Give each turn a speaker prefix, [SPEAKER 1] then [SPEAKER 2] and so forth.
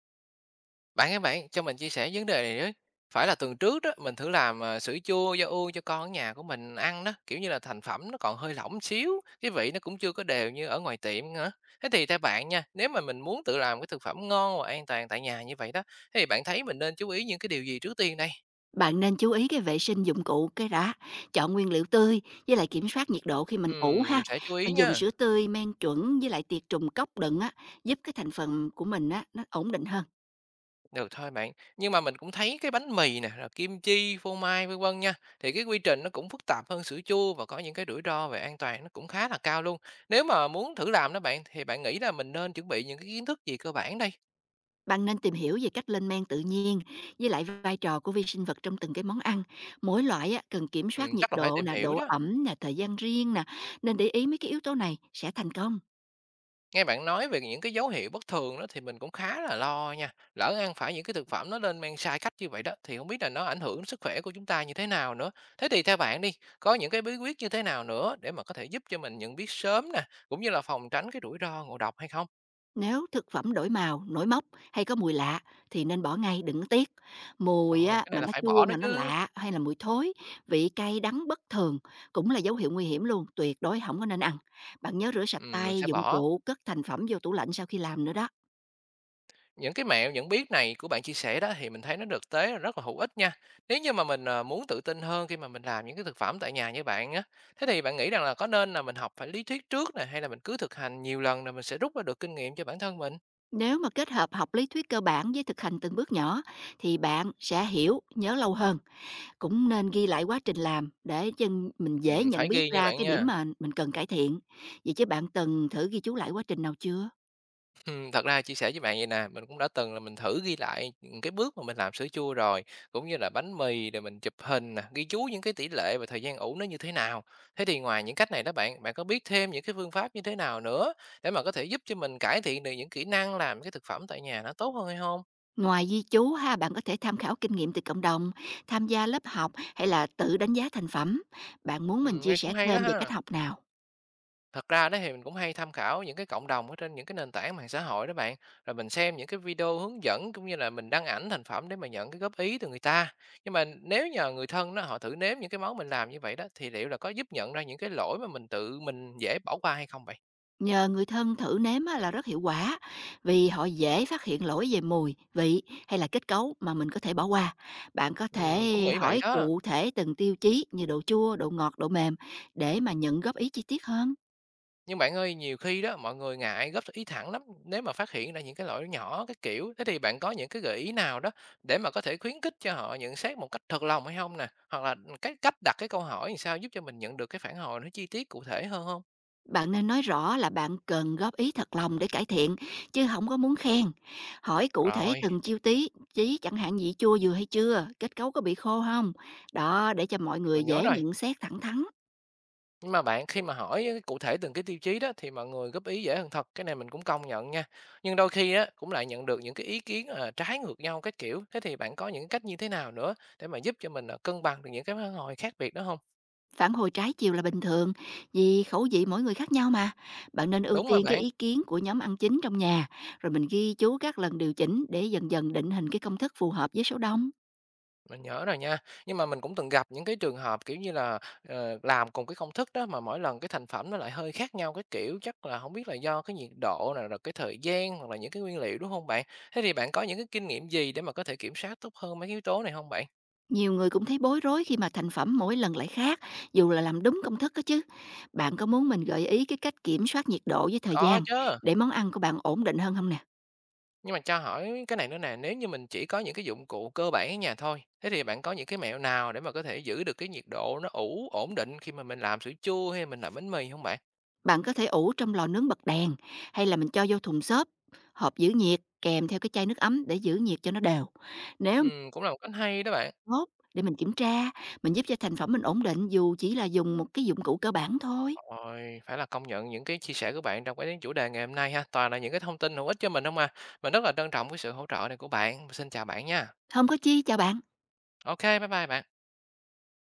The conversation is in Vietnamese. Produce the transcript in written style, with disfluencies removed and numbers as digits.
[SPEAKER 1] Bạn ơi bạn, cho mình chia sẻ vấn đề này với. Phải là tuần trước đó, mình thử làm sữa chua da u cho con ở nhà của mình ăn đó, kiểu như là thành phẩm nó còn hơi lỏng xíu, cái vị nó cũng chưa có đều như ở ngoài tiệm nữa. Thế thì theo bạn nha, nếu mà mình muốn tự làm cái thực phẩm ngon và an toàn tại nhà như vậy đó, thế thì bạn thấy mình nên chú ý những cái điều gì trước tiên đây?
[SPEAKER 2] Bạn nên chú ý cái vệ sinh dụng cụ cái đã, chọn nguyên liệu tươi với lại kiểm soát nhiệt độ khi mình ủ ha.
[SPEAKER 1] Mình sẽ chú ý
[SPEAKER 2] Mình dùng
[SPEAKER 1] nha.
[SPEAKER 2] sữa tươi, men chuẩn với lại tiệt trùng cốc đựng á, giúp cái thành phần của mình á nó ổn định hơn.
[SPEAKER 1] Được thôi bạn, nhưng mà mình cũng thấy cái bánh mì nè, rồi kim chi, phô mai vân vân nha, thì cái quy trình nó cũng phức tạp hơn sữa chua và có những cái rủi ro về an toàn nó cũng khá là cao luôn. Nếu mà muốn thử làm đó bạn thì bạn nghĩ là mình nên chuẩn bị những cái kiến thức gì cơ bản đây?
[SPEAKER 2] Bạn nên tìm hiểu về cách lên men tự nhiên với lại vai trò của vi sinh vật trong từng cái món ăn. Mỗi loại á, cần kiểm
[SPEAKER 1] Ừ,
[SPEAKER 2] soát nhiệt
[SPEAKER 1] chắc là phải
[SPEAKER 2] độ
[SPEAKER 1] tìm
[SPEAKER 2] nè,
[SPEAKER 1] hiểu
[SPEAKER 2] độ
[SPEAKER 1] đó.
[SPEAKER 2] ẩm nè, thời gian riêng nè. Nên để ý mấy cái yếu tố này sẽ thành công.
[SPEAKER 1] Nghe bạn nói về những cái dấu hiệu bất thường đó thì mình cũng khá là lo nha. Lỡ ăn phải những cái thực phẩm nó lên men sai cách như vậy đó thì không biết là nó ảnh hưởng đến sức khỏe của chúng ta như thế nào nữa. Thế thì theo bạn đi, có những cái bí quyết như thế nào nữa để mà có thể giúp cho mình nhận biết sớm nè, cũng như là phòng tránh cái rủi ro ngộ độc hay không?
[SPEAKER 2] Nếu thực phẩm đổi màu, nổi mốc hay có mùi lạ thì nên bỏ ngay, đừng có tiếc. Mùi
[SPEAKER 1] Rồi,
[SPEAKER 2] á,
[SPEAKER 1] cái này
[SPEAKER 2] mà
[SPEAKER 1] là
[SPEAKER 2] nó
[SPEAKER 1] phải
[SPEAKER 2] chua
[SPEAKER 1] bỏ đó
[SPEAKER 2] mà nó
[SPEAKER 1] chứ.
[SPEAKER 2] lạ hay là mùi thối, vị cay đắng bất thường cũng là dấu hiệu nguy hiểm luôn, tuyệt đối không có nên ăn. Bạn nhớ rửa sạch
[SPEAKER 1] Ừ, mình
[SPEAKER 2] tay,
[SPEAKER 1] sẽ
[SPEAKER 2] dụng
[SPEAKER 1] bỏ.
[SPEAKER 2] cụ, cất thành phẩm vô tủ lạnh sau khi làm nữa đó.
[SPEAKER 1] Những cái mẹo những biết này của bạn chia sẻ đó thì mình thấy nó thực tế là rất là hữu ích nha. Nếu như mà mình muốn tự tin hơn khi mà mình làm những cái thực phẩm tại nhà như bạn á, thế thì bạn nghĩ rằng là có nên là mình học phải lý thuyết trước nè, hay là mình cứ thực hành nhiều lần rồi mình sẽ rút ra được kinh nghiệm cho bản thân mình?
[SPEAKER 2] Nếu mà kết hợp học lý thuyết cơ bản với thực hành từng bước nhỏ thì bạn sẽ hiểu, nhớ lâu hơn. Cũng nên ghi lại quá trình làm để chân mình dễ
[SPEAKER 1] Ừ,
[SPEAKER 2] nhận
[SPEAKER 1] phải
[SPEAKER 2] biết
[SPEAKER 1] ghi nha
[SPEAKER 2] ra
[SPEAKER 1] bạn
[SPEAKER 2] cái điểm
[SPEAKER 1] nha.
[SPEAKER 2] mà mình cần cải thiện. Vậy chứ bạn từng thử ghi chú lại quá trình nào chưa?
[SPEAKER 1] Thật ra chia sẻ với bạn vậy nè, mình cũng đã từng là mình thử ghi lại những cái bước mà mình làm sữa chua rồi, cũng như là bánh mì, rồi mình chụp hình nè, ghi chú những cái tỷ lệ và thời gian ủ nó như thế nào. Thế thì ngoài những cách này đó bạn, bạn có biết thêm những cái phương pháp như thế nào nữa để mà có thể giúp cho mình cải thiện được những kỹ năng làm cái thực phẩm tại nhà nó tốt hơn hay không?
[SPEAKER 2] Ngoài ghi chú ha, bạn có thể tham khảo kinh nghiệm từ cộng đồng, tham gia lớp học hay là tự đánh giá thành phẩm. Bạn muốn mình chia
[SPEAKER 1] Nghe
[SPEAKER 2] sẻ
[SPEAKER 1] cũng hay đó
[SPEAKER 2] thêm về cách
[SPEAKER 1] ha.
[SPEAKER 2] học nào?
[SPEAKER 1] Thật ra đó thì mình cũng hay tham khảo những cái cộng đồng ở trên những cái nền tảng mạng xã hội đó bạn, rồi mình xem những cái video hướng dẫn, cũng như là mình đăng ảnh thành phẩm để mà nhận cái góp ý từ người ta. Nhưng mà nếu nhờ người thân đó họ thử nếm những cái món mình làm như vậy đó, thì liệu là có giúp nhận ra những cái lỗi mà mình tự mình dễ bỏ qua hay không vậy?
[SPEAKER 2] Nhờ người thân thử nếm á là rất hiệu quả vì họ dễ phát hiện lỗi về mùi, vị hay là kết cấu mà mình có thể bỏ qua. Bạn có
[SPEAKER 1] Mình cũng
[SPEAKER 2] thể
[SPEAKER 1] nghĩ vậy
[SPEAKER 2] hỏi
[SPEAKER 1] đó.
[SPEAKER 2] cụ thể từng tiêu chí như độ chua, độ ngọt, độ mềm để mà nhận góp ý chi tiết hơn.
[SPEAKER 1] Nhưng bạn ơi, nhiều khi đó, mọi người ngại góp ý thẳng lắm, nếu mà phát hiện ra những cái lỗi nhỏ, cái kiểu. Thế thì bạn có những cái gợi ý nào đó để mà có thể khuyến khích cho họ nhận xét một cách thật lòng hay không nè? Hoặc là cái cách đặt cái câu hỏi làm sao giúp cho mình nhận được cái phản hồi nó chi tiết cụ thể hơn không?
[SPEAKER 2] Bạn nên nói rõ là bạn cần góp ý thật lòng để cải thiện, chứ không có muốn khen. Hỏi cụ thể
[SPEAKER 1] Rồi,
[SPEAKER 2] từng chiêu tí chí, chẳng hạn vị chua vừa hay chưa, kết cấu có bị khô không. Đó, để cho mọi người
[SPEAKER 1] mình nhớ
[SPEAKER 2] dễ
[SPEAKER 1] rồi.
[SPEAKER 2] nhận xét thẳng thắn.
[SPEAKER 1] Nhưng mà bạn, khi mà hỏi á cụ thể từng cái tiêu chí đó thì mọi người góp ý dễ hơn thật, cái này mình cũng công nhận nha. Nhưng đôi khi á, cũng lại nhận được những cái ý kiến, trái ngược nhau cái kiểu. Thế thì bạn có những cách như thế nào nữa để mà giúp cho mình, cân bằng được những cái phản hồi khác biệt đó không?
[SPEAKER 2] Phản hồi trái chiều là bình thường, vì khẩu vị mỗi người khác nhau mà. Bạn nên ưu
[SPEAKER 1] Đúng mà
[SPEAKER 2] tiên cái
[SPEAKER 1] bạn,
[SPEAKER 2] ý kiến của nhóm ăn chính trong nhà, rồi mình ghi chú các lần điều chỉnh để dần dần định hình cái công thức phù hợp với số đông.
[SPEAKER 1] mình nhớ rồi nha. Nhưng mà mình cũng từng gặp những cái trường hợp, kiểu như là, làm cùng cái công thức đó mà mỗi lần cái thành phẩm nó lại hơi khác nhau cái kiểu, chắc là không biết là do cái nhiệt độ nè, rồi cái thời gian, hoặc là những cái nguyên liệu, đúng không bạn? Thế thì bạn có những cái kinh nghiệm gì để mà có thể kiểm soát tốt hơn mấy cái yếu tố này không bạn?
[SPEAKER 2] Nhiều người cũng thấy bối rối khi mà thành phẩm mỗi lần lại khác, dù là làm đúng công thức đó chứ. Bạn có muốn mình gợi ý cái cách kiểm soát nhiệt độ với thời
[SPEAKER 1] Có
[SPEAKER 2] gian
[SPEAKER 1] chứ,
[SPEAKER 2] để món ăn của bạn ổn định hơn không nè?
[SPEAKER 1] nhưng mà cho hỏi cái này nữa nè, nếu như mình chỉ có những cái dụng cụ cơ bản ở nhà thôi, thế thì bạn có những cái mẹo nào để mà có thể giữ được cái nhiệt độ nó ủ ổn định khi mà mình làm sữa chua hay mình làm bánh mì không bạn?
[SPEAKER 2] Bạn có thể ủ trong lò nướng bật đèn hay là mình cho vô thùng xốp, hộp giữ nhiệt kèm theo cái chai nước ấm để giữ nhiệt cho nó đều. Nếu mà
[SPEAKER 1] Cũng là một cách hay đó bạn.
[SPEAKER 2] tốt để mình kiểm tra, mình giúp cho thành phẩm mình ổn định dù chỉ là dùng một cái dụng cụ cơ bản thôi.
[SPEAKER 1] Rồi, phải là công nhận những cái chia sẻ của bạn trong cái chủ đề ngày hôm nay ha, toàn là những cái thông tin hữu ích cho mình hông à. Mình rất là trân trọng cái sự hỗ trợ này của bạn. Xin chào bạn nha.
[SPEAKER 2] Không có chi, chào bạn.
[SPEAKER 1] OK, bye bye bạn.